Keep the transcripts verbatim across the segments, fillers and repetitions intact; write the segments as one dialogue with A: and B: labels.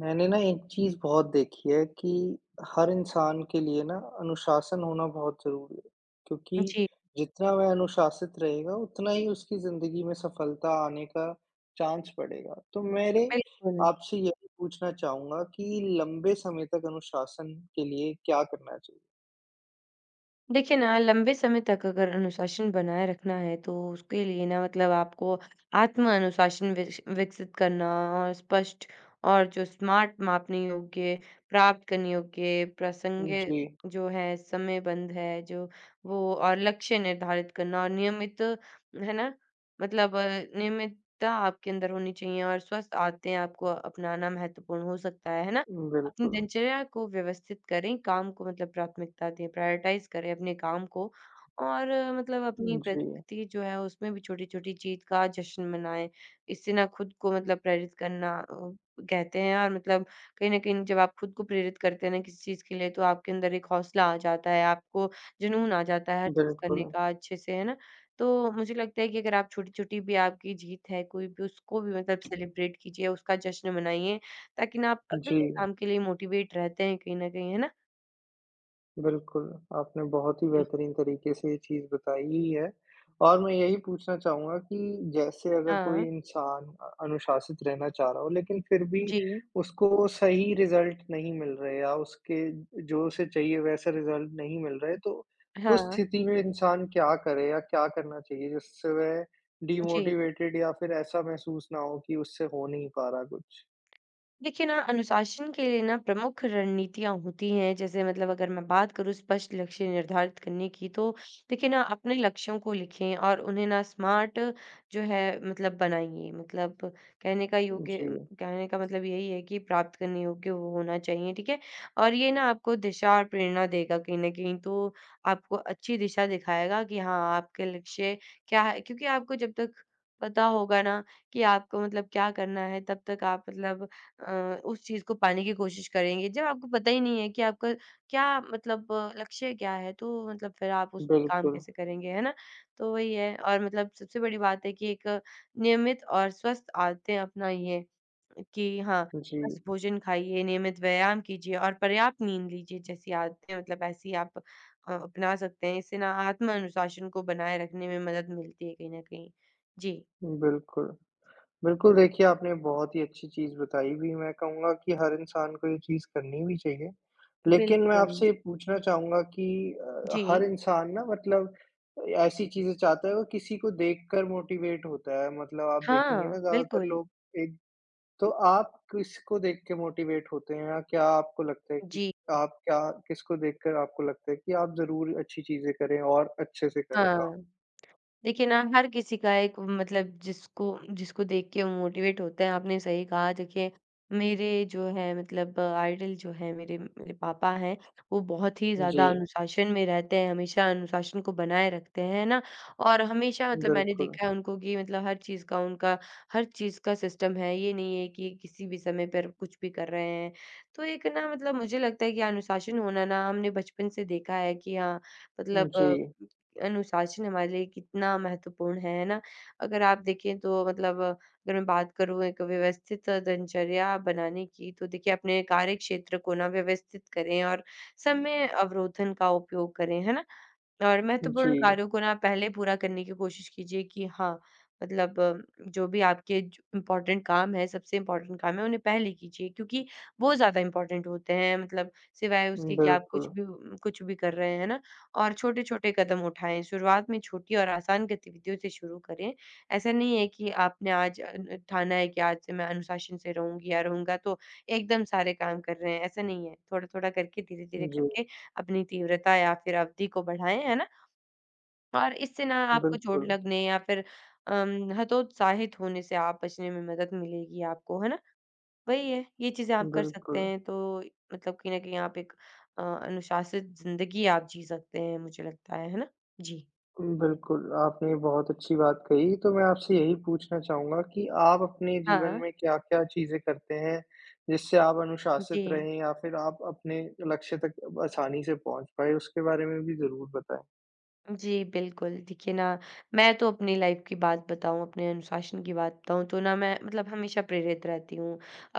A: मैंने ना एक चीज़ बहुत देखी है कि हर इंसान के लिए ना अनुशासन होना बहुत ज़रूरी है, क्योंकि
B: जी,
A: जितना वह अनुशासित रहेगा, उतना ही उसकी ज़िंदगी में सफलता आने का चांस बढ़ेगा। तो मेरे
B: बिल्कुल।
A: आपसे यही पूछना चाहूँगा कि लंबे समय तक अनुशासन के लिए क्या करना चाहिए?
B: देखिए ना, लंबे समय तक अगर अनुशासन बनाए रखना है, तो उसके लिए ना मतलब आपको आत्म-अनुशासन विश विकसित करना और स्पष्ट और जो स्मार्ट मापने योग्य, प्राप्त करने योग्य, प्रासंगिक
A: जी,
B: जो है, समयबद्ध है जो, वो और लक्ष्य निर्धारित करना और नियमित है ना? मतलब अ, नियमितता आपके अंदर होनी चाहिए और स्वस्थ आदतें आपको अपनाना महत्वपूर्ण हो सकता है, है ना? अपनी
A: बिल्कुल।
B: दिनचर्या को व्यवस्थित करें, काम को मतलब प्राथमिकता दें, प्रायोरिटाइज़ करें अपने काम को और अ, मतलब अपनी
A: जी,
B: प्रगति जो है उसमें भी छोटी-छोटी जीत का जश्न मनाएँ। इससे ना खुद को मतलब प्रेरित करना अ, कहते हैं और मतलब कहीं न कहीं जब आप खुद को प्रेरित करते हैं ना किसी चीज़ के लिए तो आपके अंदर एक हौसला आ जाता है, आपको जुनून आ जाता है हर चीज़ करने
A: बिल्कुल।
B: का अच्छे से, है ना? तो मुझे लगता है कि अगर आप छोटी-छोटी भी आपकी जीत है कोई भी उसको भी मतलब सेलिब्रेट कीजिए, उसका जश्न मनाइए ताकि ना आप
A: जी।
B: अगले काम के लिए मोटिवेट रहते हैं कहीं न कहीं, है ना?
A: बिल्कुल, आपने बहुत ही
B: जी।
A: बेहतरीन तरीके से ये चीज़ बताई ही है और मैं यही पूछना चाहूँगा कि जैसे अगर कोई
B: हाँ,
A: इंसान अ, अनुशासित रहना चाह रहा हो, लेकिन फिर भी
B: जी,
A: उसको सही रिज़ल्ट नहीं मिल रहे या उसके जो उसे चाहिए वैसा रिज़ल्ट नहीं मिल रहे, तो उस
B: हाँ,
A: स्थिति में इंसान क्या करे या क्या करना चाहिए जिससे वह
B: जी।
A: डिमोटिवेटेड या फिर ऐसा महसूस ना हो कि उससे हो नहीं पा रहा कुछ?
B: देखिए ना अनुशासन के लिए ना प्रमुख रणनीतियां होती हैं जैसे मतलब अगर मैं बात करूं स्पष्ट लक्ष्य निर्धारित करने की तो देखिए ना अपने लक्ष्यों को लिखें और उन्हें ना स्मार्ट जो है मतलब बनाइए मतलब कहने का योग्य
A: जी,
B: कहने का मतलब यही है कि प्राप्त करने योग्य वो होना चाहिए ठीक है और ये ना आपको दिशा और प्रेरणा देगा कहीं ना कहीं तो आपको अच्छी दिशा दिखाएगा कि हाँ आपके लक्ष्य क्या है क्योंकि आपको जब तक पता होगा ना कि आपको मतलब क्या करना है तब तक आप मतलब अ, उस चीज़ को पाने की कोशिश करेंगे, जब आपको पता ही नहीं है कि आपका क्या मतलब अ, लक्ष्य क्या है, तो मतलब फिर आप उस पे काम
A: बिल्कुल।
B: कैसे करेंगे, है ना? तो वही है और मतलब सबसे बड़ी बात है कि एक नियमित और स्वस्थ आदतें अपनाइए कि हाँ,
A: जी,
B: स्वस्थ भोजन खाइए, नियमित व्यायाम कीजिए और पर्याप्त नींद लीजिए जैसी आदतें मतलब ऐसी आप अ, अपना सकते हैं। इससे ना आत्म अनुशासन को बनाए रखने में मदद मिलती है कहीं न कहीं। जी,
A: बिल्कुल। बिल्कुल, देखिए आपने बहुत ही अच्छी चीज़ बताई भी मैं कहूँगा कि हर इंसान को ये चीज़ करनी भी चाहिए। लेकिन मैं
B: बिल्कुल।
A: आपसे ये पूछना चाहूँगा कि अ,
B: जी।
A: हर इंसान ना मतलब ऐसी चीज़ें चाहता है वो किसी को देखकर मोटिवेट होता है मतलब आप देखेंगे
B: हाँ,
A: ना ज़्यादातर
B: बिल्कुल।
A: लोग एक तो आप किसको देख के मोटिवेट होते हैं या क्या आपको लगता है कि
B: जी।
A: आप क्या किसको देखकर आपको लगता है कि आप ज़रूर अच्छी चीज़ें करें और अच्छे से करें काम?
B: हाँ, देखिए ना हर किसी का एक मतलब जिसको जिसको देख के वो मोटिवेट होता है आपने सही कहा देखिए मेरे जो है मतलब आइडल जो है मेरे मेरे पापा हैं वो बहुत ही
A: जी,
B: ज़्यादा अनुशासन में रहते हैं हमेशा अनुशासन को बनाए रखते हैं ना और हमेशा मतलब मैंने
A: बिल्कुल।
B: देखा है उनको कि मतलब हर चीज़ का उनका हर चीज़ का सिस्टम है ये नहीं है कि किसी भी समय पर कुछ भी कर रहे हैं तो एक ना मतलब मुझे लगता है कि अनुशासन होना ना हमने बचपन से देखा है कि हाँ मतलब
A: जी,
B: अनुशासन हमारे लिए कितना महत्वपूर्ण है, है ना? अगर आप देखें तो मतलब अगर मैं बात करूँ एक व्यवस्थित दिनचर्या बनाने की, तो देखिए अपने कार्यक्षेत्र को ना व्यवस्थित करें और समय अवरोधन का उपयोग करें, है ना? और
A: जी,
B: महत्वपूर्ण कार्यों को ना पहले पूरा करने की कोशिश कीजिए कि हाँ, मतलब अ, जो भी आपके ज इम्पोर्टेंट काम है, सबसे इम्पोर्टेंट काम है, उन्हें पहले कीजिए क्योंकि वो ज़्यादा इम्पोर्टेंट होते हैं, मतलब सिवाय उसके कि आप
A: बिल्कुल।
B: कुछ भी उम, कुछ भी कर रहे हैं ना। और छोटे-छोटे कदम उठाएँ, शुरुआत में छोटी और आसान गतिविधियों से शुरू करें। ऐसा नहीं है कि आपने आज अ, न ठाना है कि आज से मैं अनुशासन से रहूँगी या रहूँगा, तो एकदम सारे काम कर रहे हैं, ऐसा नहीं है। थोड़ा-थोड़ा करके, धीरे-धीरे
A: जी,
B: करके अपनी तीव्रता या फिर अवधि को बढ़ाएँ, है ना? और इससे ना आपको चोट
A: बिल्कुल,
B: लगने या फिर अम, हतोत्साहित होने से आप बचने में मदद मिलेगी आपको, है ना? वही है, ये चीज़ें आप कर सकते
A: बिल्कुल।
B: हैं तो मतलब कहीं न कहीं आप एक अ, अनुशासित ज़िंदगी आप जी सकते हैं मुझे लगता है, है ना? जी।
A: बिल्कुल, आपने बहुत अच्छी बात कही, तो मैं आपसे यही पूछना चाहूँगा कि आप अपने जीवन
B: हाँ,
A: में क्या-क्या चीज़ें करते हैं, जिससे आप
B: जी।
A: अनुशासित रहें या फिर आप अपने लक्ष्य तक आसानी से पहुँच पाएँ? उसके बारे में भी ज़रूर बताएँ।
B: जी, बिल्कुल। देखिए ना, मैं तो अपनी लाइफ़ की बात बताऊँ, अपने अनुशासन की बात बताऊँ, तो ना मैं मतलब हमेशा प्रेरित रहती हूँ।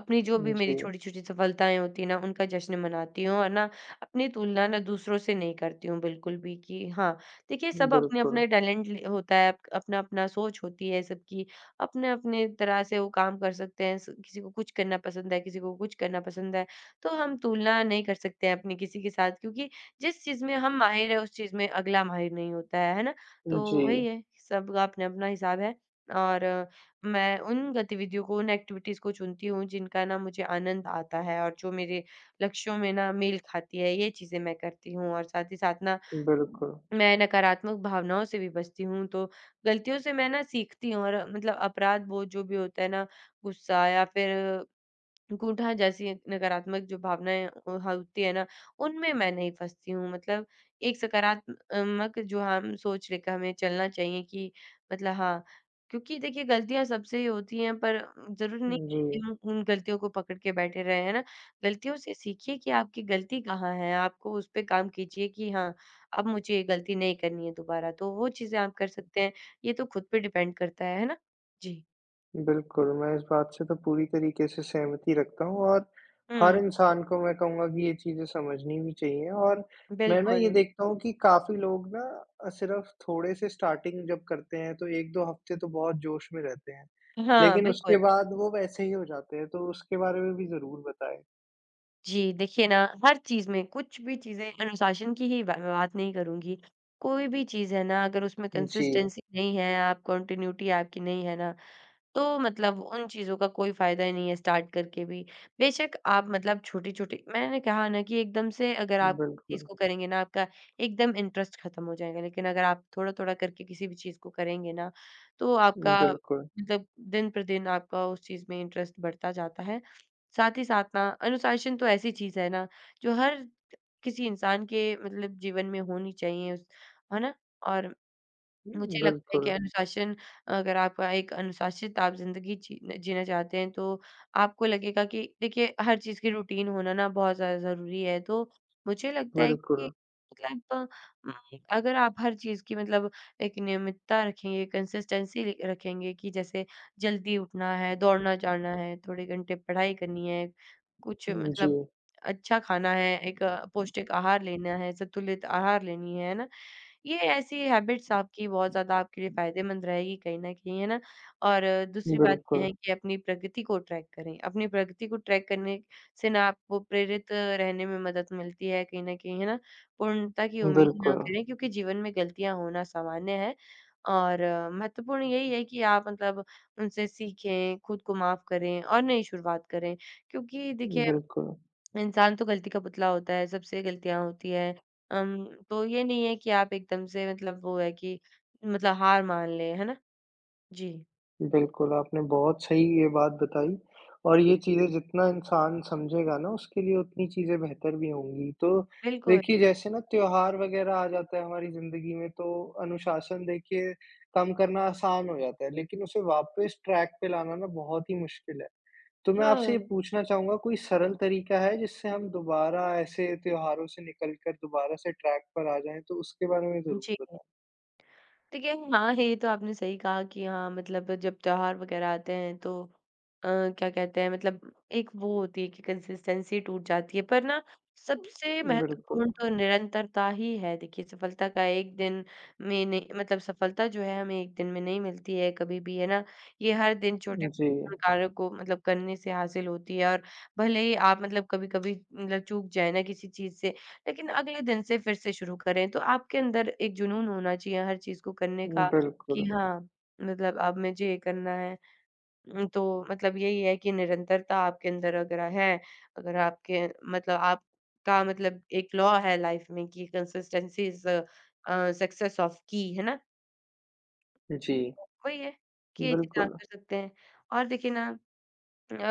B: अपनी जो भी मेरी
A: जी,
B: छोटी-छोटी सफलताएँ होती हैं ना, उनका जश्न मनाती हूँ और ना अपनी तुलना ना दूसरों से नहीं करती हूँ बिल्कुल भी कि हाँ, देखिए सब
A: बिल्कुल।
B: अपने-अपने टैलेंट ल होता है, अपना-अपना सोच होती है सबकी, अपने-अपने तरह से वो काम कर सकते हैं। स किसी को कुछ करना पसंद है, किसी को कुछ करना पसंद है, तो हम तुलना नहीं कर सकते हैं अपनी किसी के साथ क्योंकि जिस चीज़ में हम माहिर हैं, उस चीज़ में अगला माहिर नहीं होता है, है ना? तो वही
A: जी,
B: है, सबका अपना-अपना हिसाब है और अ, मैं उन गतिविधियों को, उन एक्टिविटीज़ को चुनती हूँ, जिनका ना मुझे आनंद आता है और जो मेरे लक्ष्यों में ना मेल खाती है, ये चीज़ें मैं करती हूँ और साथ ही साथ ना,
A: बिल्कुल।
B: मैं नकारात्मक भावनाओं से भी बचती हूँ, तो गलतियों से मैं ना सीखती हूँ और मतलब अपराध बोध जो भी होता है ना, गुस्सा या फिर गूंठा जैसी नकारात्मक जो भावनाएँ अ, होती है ना, उनमें मैं नहीं फँसती हूँ। मतलब एक सकारात्मक जो हम सोच लेकर हमें चलना चाहिए कि मतलब हाँ, क्योंकि देखिए गलतियाँ सबसे ही होती हैं पर ज़रूरी नहीं
A: जी।
B: कि हम उन गलतियों को पकड़ के बैठे रहें, है ना? गलतियों से सीखिए कि आपकी गलती कहाँ है, आपको उस पे काम कीजिए कि हाँ, अब मुझे ये गलती नहीं करनी है दोबारा, तो वो चीज़ें आप कर सकते हैं। ये तो खुद पे डिपेंड करता है, है ना? जी।
A: बिल्कुल, मैं इस बात से तो पूरी तरीके से सहमति रखता हूँ और हर
B: हुँ,
A: इंसान को मैं कहूँगा कि ये चीज़ें समझनी भी चाहिए और मैं ना ये
B: बिल्कुल।
A: देखता हूँ कि काफ़ी लोग ना अ, सिर्फ़ थोड़े से स्टार्टिंग जब करते हैं तो एक दो हफ़्ते तो बहुत जोश में रहते हैं,
B: हाँ,
A: लेकिन
B: बिल्कुल।
A: उसके बाद वो वैसे ही हो जाते हैं, तो उसके बारे में भी ज़रूर बताएँ।
B: जी, देखिए ना हर चीज़ में कुछ भी चीज़ें अनुशासन की ही ब बात नहीं करूँगी। कोई भी चीज़ है ना अगर उसमें
A: जी,
B: कंसिस्टेंसी नहीं है, आप कंटिन्यूटी आपकी नहीं है ना, तो मतलब उन चीज़ों का कोई फ़ायदा ही नहीं है स्टार्ट करके भी। बेशक आप मतलब छोटी-छोटी मैंने कहा ना कि एकदम से अगर आप चीज़
A: बिल्कुल,
B: को करेंगे ना आपका एकदम इंटरेस्ट ख़त्म हो जाएगा, लेकिन अगर आप थोड़ा-थोड़ा करके किसी भी चीज़ को करेंगे ना, तो आपका
A: बिल्कुल,
B: मतलब दिन-प्रतिदिन आपका उस चीज़ में इंटरेस्ट बढ़ता जाता है। साथ ही साथ ना अनुशासन तो ऐसी चीज़ है ना, जो हर किसी इंसान के मतलब जीवन में होनी चाहिए उस है ना? और मुझे लगता है कि
A: बिल्कुल,
B: अनुशासन अगर आपका एक अनुशासित आप ज़िंदगी जी जीना चाहते हैं, तो आपको लगेगा कि देखिए हर चीज़ की रूटीन होना ना बहुत ज़्यादा ज़रूरी है। तो मुझे लगता है
A: बिल्कुल।
B: कि मतलब उम, अगर आप हर चीज़ की मतलब एक नियमितता रखेंगे, कंसिस्टेंसी ल रखेंगे कि जैसे जल्दी उठना है, दौड़ना-जाना है, थोड़े घंटे पढ़ाई करनी है, कुछ
A: जी,
B: मतलब अच्छा खाना है, एक अ, पौष्टिक आहार लेना है, संतुलित आहार लेनी है, है ना? ये ऐसी हैबिट्स आपकी बहुत ज़्यादा आपके लिए फ़ायदेमंद रहेगी कहीं न कहीं, है ना? और अ, दूसरी बात ये
A: बिल्कुल,
B: है कि अपनी प्रगति को ट्रैक करें। अपनी प्रगति को ट्रैक करने से ना आपको प्रेरित रहने में मदद मिलती है कहीं न कहीं, है ना? पूर्णता की उम्मीद ना
A: बिल्कुल,
B: करें क्योंकि जीवन में गलतियाँ होना सामान्य है और अ, महत्वपूर्ण यही है कि आप मतलब उनसे सीखें, खुद को माफ़ करें और नई शुरुआत करें। क्योंकि देखिए
A: बिल्कुल।
B: इंसान तो गलती का पुतला होता है, सबसे गलतियाँ होती हैं। अम, तो ये नहीं है कि आप एकदम से मतलब वो है कि मतलब हार मान लें, है ना? जी,
A: बिल्कुल, आपने बहुत सही ये बात बताई और ये चीज़ें जितना इंसान समझेगा ना उसके लिए उतनी चीज़ें बेहतर भी होंगी। तो
B: बिल्कुल।
A: देखिए जैसे ना त्योहार वग़ैरह आ जाता है हमारी ज़िंदगी में तो अनुशासन देखिए कम करना आसान हो जाता है, लेकिन उसे वापस ट्रैक पे लाना ना बहुत ही मुश्किल है। तो मैं आपसे ये
B: हाँ,
A: पूछना चाहूँगा कोई सरल तरीका है जिससे हम दोबारा ऐसे त्योहारों से निकल कर दोबारा से ट्रैक पर आ जाएँ? तो उसके बारे में ज़रूर
B: जी।
A: बताएँ।
B: देखिए, हाँ, ये तो आपने सही कहा कि हाँ, मतलब जब त्योहार वगैरह आते हैं तो अ, क्या कहते हैं मतलब एक वो होती है कि कंसिस्टेंसी टूट जाती है। पर ना सबसे
A: बिल्कुल।
B: महत्वपूर्ण तो निरंतरता ही है। देखिए, सफलता का एक दिन में नहीं मतलब सफलता जो है हमें एक दिन में नहीं मिलती है कभी भी, है ना? ये हर दिन छोटे
A: जी,
B: कार्यों को मतलब करने से हासिल होती है और भले ही आप मतलब कभी-कभी मतलब चूक जाएँ ना किसी चीज़ से लेकिन अगले दिन से फिर से शुरू करें। तो आपके अंदर एक जुनून होना चाहिए हर चीज़ को करने का कि
A: बिल्कुल।
B: हाँ, मतलब अब मुझे ये करना है। उम, तो मतलब यही है कि निरंतरता आपके अंदर अगर है, अगर आपके मतलब आपका मतलब एक लॉ है लाइफ में कि consistency is the uh, success of की, है ना?
A: जी।
B: वही है कि ये चीज़ आप
A: बिल्कुल,
B: कर सकते हैं। और देखिए ना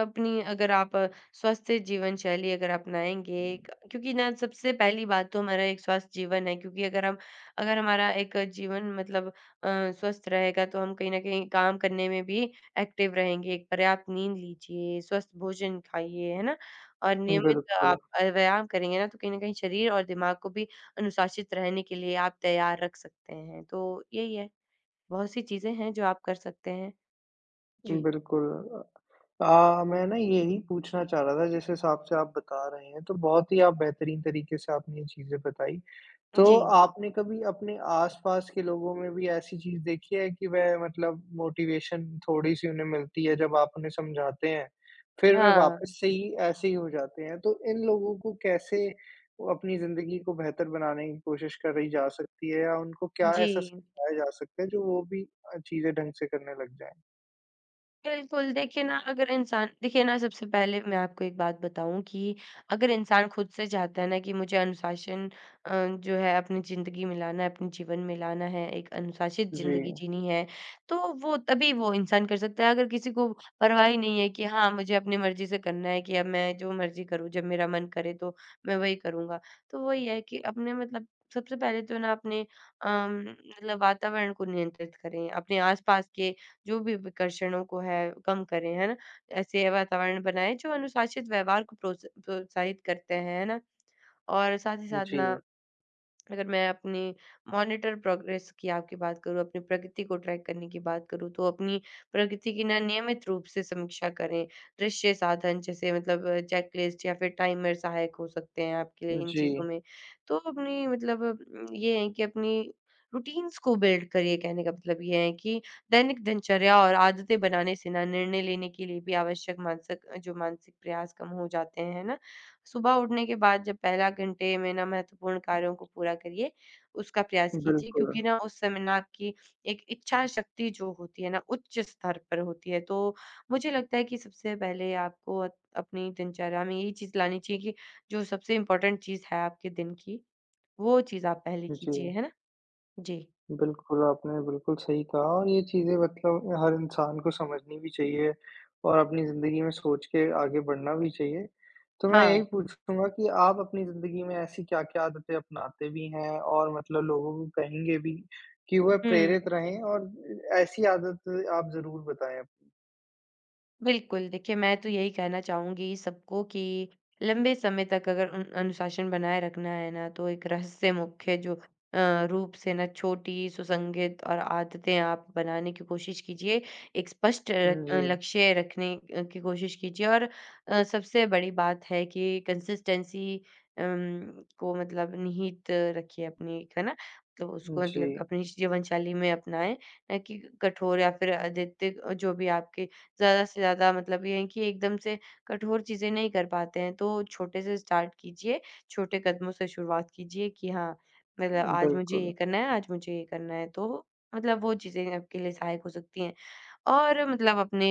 B: अपनी अगर आप स्वस्थ जीवन शैली अगर अपनाएँगे क क्योंकि ना सबसे पहली बात तो हमारा एक स्वस्थ जीवन है क्योंकि अगर हम अगर हमारा एक जीवन मतलब अ, स्वस्थ रहेगा तो हम कहीं न कहीं काम करने में भी एक्टिव रहेंगे। एक पर्याप्त नींद लीजिए, स्वस्थ भोजन खाइए, है ना? और नियमित
A: बिल्कुल,
B: आप अ, व्यायाम करेंगे ना तो कहीं न कहीं शरीर और दिमाग को भी अनुशासित रहने के लिए आप तैयार रख सकते हैं। तो यही है, बहुत सी चीज़ें हैं जो आप कर सकते हैं। जी।
A: बिल्कुल। अ, मैं ना यही पूछना चाह रहा था जिस हिसाब से आप बता रहे हैं, तो बहुत ही आप बेहतरीन तरीके से आपने ये चीज़ें बताई। तो
B: जी।
A: आपने कभी अपने आस-पास के लोगों में भी ऐसी चीज़ देखी है कि वह मतलब मोटिवेशन थोड़ी-सी उन्हें मिलती है जब आप उन्हें समझाते हैं, फिर वह
B: हाँ।
A: वापस से ही ऐसे ही हो जाते हैं। तो इन लोगों को कैसे अपनी ज़िंदगी को बेहतर बनाने की कोशिश करी जा सकती है या उनको क्या
B: जी।
A: ऐसा सिखाया जा सकता है जो वो भी अ, चीज़ें ढंग से करने लग जाएँ?
B: बिल्कुल, देखिए ना अगर इंसान देखिए ना सबसे पहले मैं आपको एक बात बताऊँ कि अगर इंसान खुद से चाहता है ना कि मुझे अनुशासन अ, जो है अपनी ज़िंदगी में लाना है, अपने जीवन में लाना है, एक अनुशासित
A: जी,
B: ज़िंदगी जीनी है, तो वो तभी वो इंसान कर सकता है। अगर किसी को परवाह ही नहीं है कि हाँ, मुझे अपनी मर्ज़ी से करना है कि अब मैं जो मर्ज़ी करूँ, जब मेरा मन करे तो मैं वही करूँगा। तो वही है कि अपने मतलब सबसे पहले तो ना अपने अम, मतलब वातावरण को नियंत्रित करें, अपने आस-पास के जो भी विकर्षणों को है कम करें, है ना? ऐसे वातावरण बनाएँ जो अनुशासित व्यवहार को प्रोत्स प्रोत्साहित करते हैं, है ना? और साथ ही साथ
A: जी,
B: ना अगर मैं अपने मॉनिटर प्रोग्रेस की आपकी बात करूँ, अपनी प्रगति को ट्रैक करने की बात करूँ, तो अपनी प्रगति की ना नियमित रूप से समीक्षा करें। दृश्य साधन जैसे मतलब चेकलिस्ट या फिर टाइमर सहायक हो सकते हैं आपके लिए इन चीज़ों
A: जी,
B: में। तो अपनी मतलब उम, ये है कि अपनी रूटीन्स को बिल्ड करिए कहने का मतलब ये है कि दैनिक दिनचर्या और आदतें बनाने से ना निर्णय लेने के लिए भी आवश्यक मानसिक जो मानसिक प्रयास कम हो जाते हैं, है ना? सुबह उठने के बाद जब पहला घंटे में ना महत्वपूर्ण कार्यों को पूरा करिए, उसका प्रयास कीजिए
A: बिल्कुल,
B: क्योंकि ना उस समय ना आपकी एक इच्छा शक्ति जो होती है ना उच्च स्तर पर होती है। तो मुझे लगता है कि सबसे पहले आपको अत अपनी दिनचर्या में यही चीज़ लानी चाहिए कि जो सबसे इम्पोर्टेंट चीज़ है आपके दिन की, वो चीज़ आप पहले
A: जी।
B: कीजिए, है ना? जी।
A: बिल्कुल, आपने बिल्कुल सही कहा और ये चीज़ें मतलब हर इंसान को समझनी भी चाहिए और अपनी ज़िंदगी में सोच के आगे बढ़ना भी चाहिए। तो मैं यही
B: हाँ।
A: पूछूँगा कि आप अपनी ज़िंदगी में ऐसी क्या-क्या आदतें अपनाते भी हैं और मतलब लोगों को कहेंगे भी कि वह प्रेरित
B: हुँ।
A: रहें और ऐसी आदत आप ज़रूर बताएँ अपनी?
B: बिल्कुल, देखिए मैं तो यही कहना चाहूँगी सबको कि लंबे समय तक अगर उन अनुशासन बनाए रखना है ना, तो एक रहस्य मुख्य जो अ, रूप से ना छोटी, सुसंगत और आदतें आप बनाने की कोशिश कीजिए। एक स्पष्ट र- अ,
A: जी,
B: लक्ष्य रखने अ, की कोशिश कीजिए और अ, सबसे बड़ी बात है कि कंसिस्टेंसी अम, को मतलब निहित रखिए अपनी, है ना? तो उसको मतलब
A: जी,
B: अपनी जीवनशैली में अपनाएँ, ना कि कठोर या फिर अद्वितीय जो भी आपके ज़्यादा से ज़्यादा मतलब ये है कि एकदम से कठोर चीज़ें नहीं कर पाते हैं, तो छोटे से स्टार्ट कीजिए, छोटे कदमों से शुरुआत कीजिए कि हाँ, मतलब आज मुझे
A: बिल्कुल।
B: ये करना है, आज मुझे ये करना है, तो मतलब वो चीज़ें आपके लिए सहायक हो सकती हैं। और मतलब अपने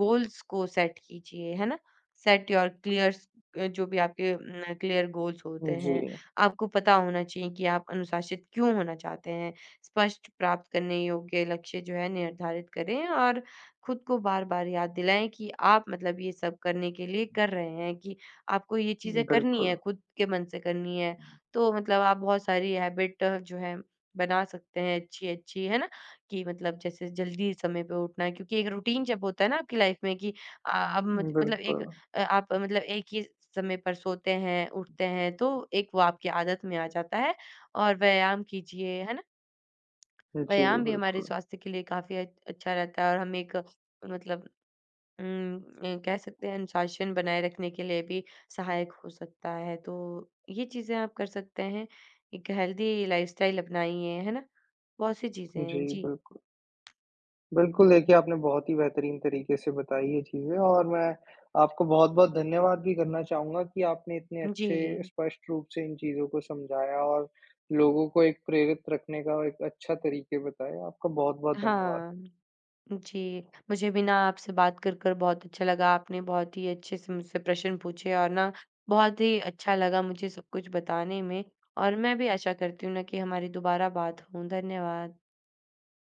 B: गोल्स को सेट कीजिए, है ना? सेट योर क्लियर्स अ, जो भी आपके उम, क्लियर गोल्स होते
A: जी,
B: हैं, आपको पता होना चाहिए कि आप अनुशासित क्यों होना चाहते हैं। स्पष्ट प्राप्त करने योग्य लक्ष्य जो है निर्धारित करें और खुद को बार-बार याद दिलाएँ कि आप मतलब ये सब करने के लिए कर रहे हैं कि आपको ये चीज़ें करनी
A: बिल्कुल,
B: है, खुद के मन से करनी है। तो मतलब आप बहुत सारी हैबिट जो है बना सकते हैं अच्छी-अच्छी, है ना? कि मतलब जैसे जल्दी समय पे उठना है क्योंकि एक रूटीन जब होता है ना आपकी लाइफ में कि आ, अब मुझे- मतलब एक
A: बिल्कुल।
B: अ, आप अ, मतलब एक ही समय पर सोते हैं उठते हैं तो एक वो आपकी आदत में आ जाता है और व्यायाम कीजिए है ना
A: जी,
B: व्यायाम भी हमारे
A: बिल्कुल।
B: स्वास्थ्य के लिए काफी अच- अच्छा रहता है और हम एक मतलब अम, अ, कह सकते हैं अनुशासन बनाए रखने के लिए भी सहायक हो सकता है तो ये चीजें आप कर सकते हैं एक हेल्दी लाइफस्टाइल अपनाइए है ना बहुत सी चीजें हैं
A: जी,
B: जी
A: बिल्कुल। बिल्कुल, देखिए आपने बहुत ही बेहतरीन तरीके से बताई ये चीज़ें और मैं आपको बहुत-बहुत धन्यवाद भी करना चाहूँगा कि आपने इतने
B: जी
A: अच्छे स्पष्ट रूप से इन चीज़ों को समझाया और लोगों को एक प्रेरित रखने का एक अच्छा तरीके बताया। आपका बहुत-बहुत धन्यवाद।
B: हाँ, जी। मुझे भी ना आपसे बात कर, कर बहुत अच्छा लगा। आपने बहुत ही अच्छे से मुझसे प्रश्न पूछे और ना बहुत ही अच्छा लगा मुझे सब कुछ बताने में और मैं भी आशा करती हूँ ना कि हमारी दोबारा बात हो। धन्यवाद।